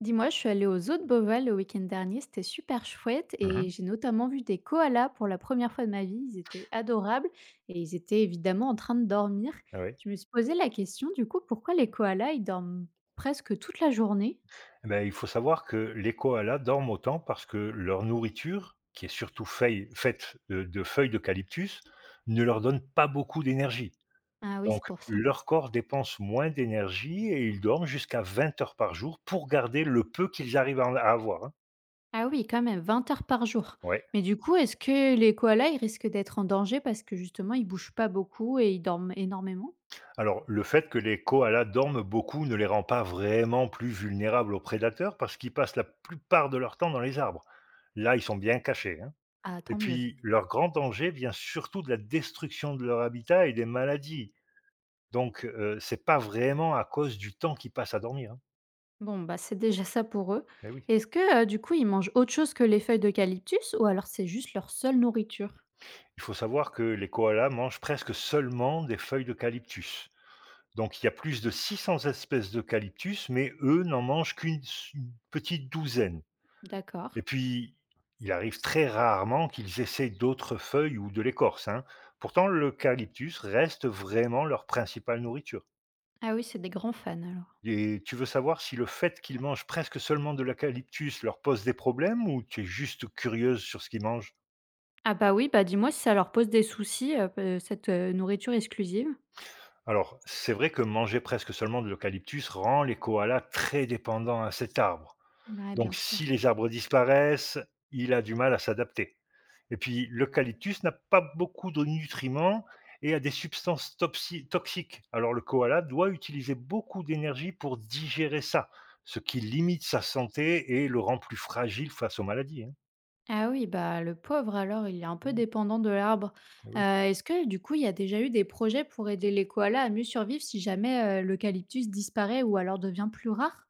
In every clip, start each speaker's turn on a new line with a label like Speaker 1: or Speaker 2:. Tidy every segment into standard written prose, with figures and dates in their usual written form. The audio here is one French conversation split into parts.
Speaker 1: Dis-moi, je suis allée au zoo de Beauval le week-end dernier, c'était super chouette
Speaker 2: Mmh
Speaker 1: et
Speaker 2: mh.
Speaker 1: j'ai notamment vu des koalas pour la première fois de ma vie. Ils étaient adorables et ils étaient évidemment en train de dormir.
Speaker 2: Ah oui.
Speaker 1: Je me suis posé la question du coup, pourquoi les koalas, ils dorment presque toute la journée?
Speaker 2: Bah, il faut savoir que les koalas dorment autant parce que leur nourriture, qui est surtout feuille faite, de feuilles d'eucalyptus, ne leur donne pas beaucoup d'énergie.
Speaker 1: Ah oui,
Speaker 2: Donc
Speaker 1: c'est pour ça.
Speaker 2: leur corps dépense moins d'énergie et ils dorment jusqu'à 20 heures par jour pour garder le peu qu'ils arrivent à avoir, hein.
Speaker 1: Ah oui, quand même, 20 heures par jour.
Speaker 2: Ouais.
Speaker 1: Mais du coup, est-ce que les koalas, ils risquent d'être en danger parce que justement, ils bougent pas beaucoup et ils dorment énormément?
Speaker 2: Alors le fait que les koalas dorment beaucoup ne les rend pas vraiment plus vulnérables aux prédateurs parce qu'ils passent la plupart de leur temps dans les arbres. Là, ils sont bien cachés, hein.
Speaker 1: Ah,
Speaker 2: Et
Speaker 1: tant mieux.
Speaker 2: puis, leur grand danger vient surtout de la destruction de leur habitat et des maladies. Donc, c'est pas vraiment à cause du temps qu'ils passent à dormir, hein.
Speaker 1: Bon, bah, c'est déjà ça pour eux.
Speaker 2: Eh oui.
Speaker 1: Est-ce que, du coup, ils mangent autre chose que les feuilles d'eucalyptus ou alors c'est juste leur seule nourriture?
Speaker 2: Il faut savoir que les koalas mangent presque seulement des feuilles d'eucalyptus. Donc il y a plus de 600 espèces d'eucalyptus, mais eux n'en mangent qu'une s une petite douzaine.
Speaker 1: D'accord.
Speaker 2: Et puis, il arrive très rarement qu'ils essaient d'autres feuilles ou de l'écorce, hein. Pourtant l'eucalyptus reste vraiment leur principale nourriture.
Speaker 1: Ah oui, c'est des grands fans alors.
Speaker 2: Et tu veux savoir si le fait qu'ils mangent presque seulement de l'eucalyptus leur pose des problèmes ou tu es juste curieuse sur ce qu'ils mangent?
Speaker 1: Ah bah, oui, bah, dis-moi si ça leur pose des soucis, p cette, nourriture exclusive?
Speaker 2: Alors, c'est vrai que manger presque seulement de l'eucalyptus rend les koalas très dépendants à cet arbre.
Speaker 1: Ouais, bien
Speaker 2: Donc, si
Speaker 1: sûr.
Speaker 2: les arbres disparaissent, il a du mal à s'adapter. Et puis, l'eucalyptus n'a pas beaucoup de nutriments et a des substances toxiques. Alors, le koala doit utiliser beaucoup d'énergie pour digérer ça, ce qui limite sa santé et le rend plus fragile face aux maladies, hein.
Speaker 1: Ah oui, bah, le pauvre alors, il est un peu dépendant de l'arbre.
Speaker 2: Eh oui.
Speaker 1: Est-ce que du coup, il y a déjà eu des projets pour aider les koalas à mieux survivre si jamais, l'eucalyptus disparaît ou alors devient plus rare?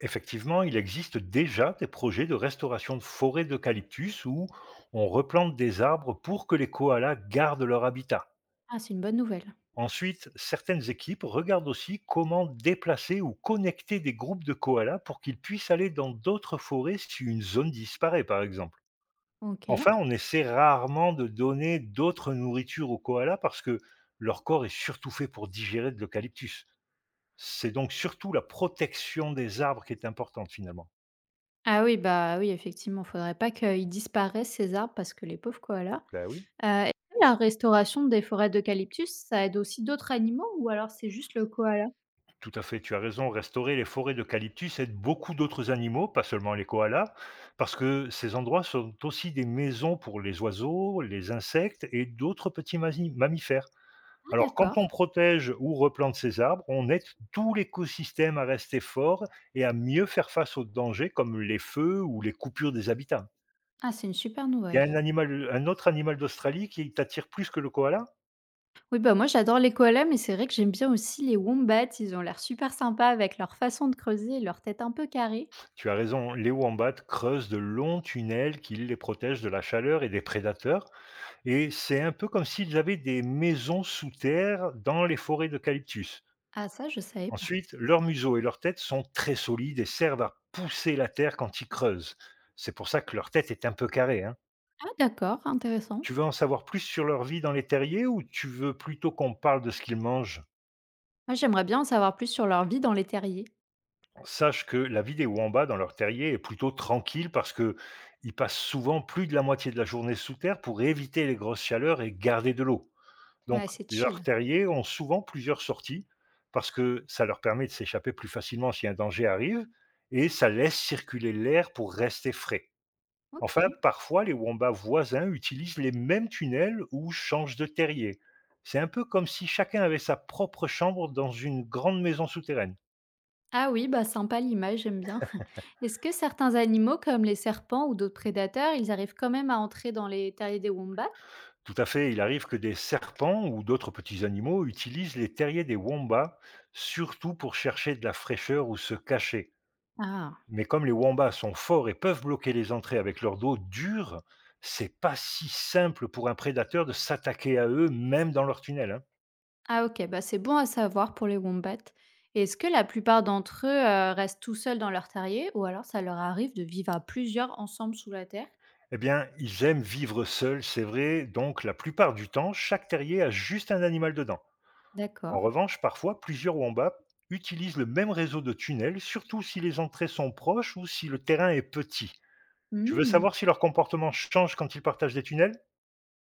Speaker 2: Effectivement, il existe déjà des projets de restauration de forêts d'eucalyptus où on replante des arbres pour que les koalas gardent leur habitat.
Speaker 1: Ah, c'est une bonne nouvelle.
Speaker 2: Ensuite, certaines équipes regardent aussi comment déplacer ou connecter des groupes de koalas pour qu'ils puissent aller dans d'autres forêts si une zone disparaît, par exemple.
Speaker 1: OK.
Speaker 2: Enfin, on essaie rarement de donner d'autres nourritures aux koalas parce que leur corps est surtout fait pour digérer de l'eucalyptus. C'est donc surtout la protection des arbres qui est importante finalement.
Speaker 1: Ah oui, bah oui, effectivement, faudrait pas qu'ils disparaissent ces arbres parce que les pauvres koalas.
Speaker 2: Ben oui.
Speaker 1: Est-ce que la restauration des forêts d'eucalyptus, ça aide aussi d'autres animaux ou alors c'est juste le koala?
Speaker 2: Tout à fait, tu as raison. Restaurer les forêts d'eucalyptus aide beaucoup d'autres animaux, pas seulement les koalas, parce que ces endroits sont aussi des maisons pour les oiseaux, les insectes et d'autres petits mammifères.
Speaker 1: Ah
Speaker 2: Alors, quand on
Speaker 1: d'accord.
Speaker 2: protège ou replante ces arbres, on aide tout l'écosystème à rester fort et à mieux faire face aux dangers comme les feux ou les coupures des habitats.
Speaker 1: Ah, c'est une super
Speaker 2: Il y
Speaker 1: nouvelle.
Speaker 2: a un, animal, un autre animal d'Australie qui t'attire plus que le koala?
Speaker 1: Oui, bah moi j'adore les koalas, mais c'est vrai que j'aime bien aussi les wombats, ils ont l'air super sympas avec leur façon de creuser et leur tête un peu carrée.
Speaker 2: Tu as raison, les wombats creusent de longs tunnels qui les protègent de la chaleur et des prédateurs. Et c'est un peu comme s'ils avaient des maisons sous terre dans les forêts d'eucalyptus.
Speaker 1: Ah ça, je savais pas.
Speaker 2: Ensuite, leurs museaux et leurs têtes sont très solides et servent à pousser la terre quand ils creusent. C'est pour ça que leur tête est un peu carrée, hein.
Speaker 1: Ah d'accord, intéressant.
Speaker 2: Tu veux en savoir plus sur leur vie dans les terriers ou tu veux plutôt qu'on parle de ce qu'ils mangent?
Speaker 1: Moi, j'aimerais bien en savoir plus sur leur vie dans les terriers.
Speaker 2: Sache que la vie des Wamba dans leur terrier est plutôt tranquille parce que ils passent souvent plus de la moitié de la journée sous terre pour éviter les grosses chaleurs et garder de l'eau. Donc
Speaker 1: Ouais, c'est
Speaker 2: leurs
Speaker 1: chill.
Speaker 2: terriers ont souvent plusieurs sorties parce que ça leur permet de s'échapper plus facilement si un danger arrive et ça laisse circuler l'air pour rester frais. Enfin,
Speaker 1: OK.
Speaker 2: parfois, les wombats voisins utilisent les mêmes tunnels ou changent de terrier. C'est un peu comme si chacun avait sa propre chambre dans une grande maison souterraine.
Speaker 1: Ah oui, bah sympa l'image, j'aime bien. Est-ce que certains animaux, comme les serpents ou d'autres prédateurs, ils arrivent quand même à entrer dans les terriers des wombats?
Speaker 2: Tout à fait, il arrive que des serpents ou d'autres petits animaux utilisent les terriers des wombats, surtout pour chercher de la fraîcheur ou se cacher.
Speaker 1: Ah,
Speaker 2: Mais comme les wombats sont forts et peuvent bloquer les entrées avec leur dos dur, c'est pas si simple pour un prédateur de s'attaquer à eux, même dans leur tunnel, hein.
Speaker 1: ah ok, bah c'est bon à savoir pour les wombats. Et est-ce que la plupart d'entre eux restent tout seuls dans leur terrier ou alors ça leur arrive de vivre à plusieurs ensemble sous la terre?
Speaker 2: Eh bien, ils aiment vivre seuls, c'est vrai, donc la plupart du temps, chaque terrier a juste un animal dedans. En
Speaker 1: D'accord.
Speaker 2: revanche, parfois, plusieurs wombats utilisent le même réseau de tunnels, surtout si les entrées sont proches ou si le terrain est petit. Tu veux
Speaker 1: Hmm.
Speaker 2: savoir si leur comportement change quand ils partagent des tunnels?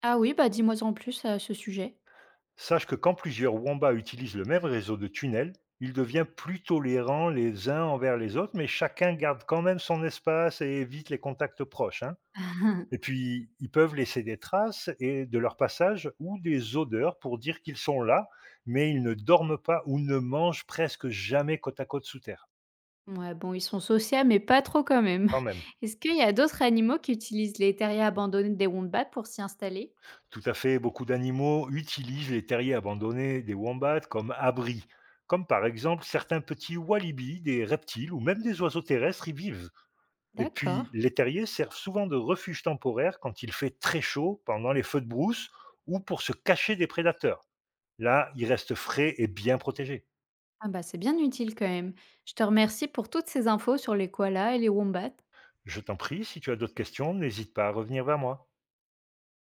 Speaker 1: Ah oui, bah dis-moi en plus à ce sujet.
Speaker 2: Sache que quand plusieurs wombats utilisent le même réseau de tunnels, il devient plus tolérant les uns envers les autres, mais chacun garde quand même son espace et évite les contacts proches, hein. Et puis, ils peuvent laisser des traces et de leur passage ou des odeurs pour dire qu'ils sont là, mais ils ne dorment pas ou ne mangent presque jamais côte à côte sous terre.
Speaker 1: Ouais, bon, ils sont sociaux, mais pas trop quand même.
Speaker 2: Quand même.
Speaker 1: Est-ce qu'il y a d'autres animaux qui utilisent les terriers abandonnés des wombats pour s'y installer?
Speaker 2: Tout à fait, beaucoup d'animaux utilisent les terriers abandonnés des wombats comme abris, comme par exemple certains petits walibi, des reptiles ou même des oiseaux terrestres y vivent. Et
Speaker 1: D'accord.
Speaker 2: puis, les terriers servent souvent de refuge temporaire quand il fait très chaud pendant les feux de brousse ou pour se cacher des prédateurs. Là, ils restent frais et bien protégés.
Speaker 1: Ah bah, c'est bien utile quand même. Je te remercie pour toutes ces infos sur les koalas et les wombats.
Speaker 2: Je t'en prie, si tu as d'autres questions, n'hésite pas à revenir vers moi.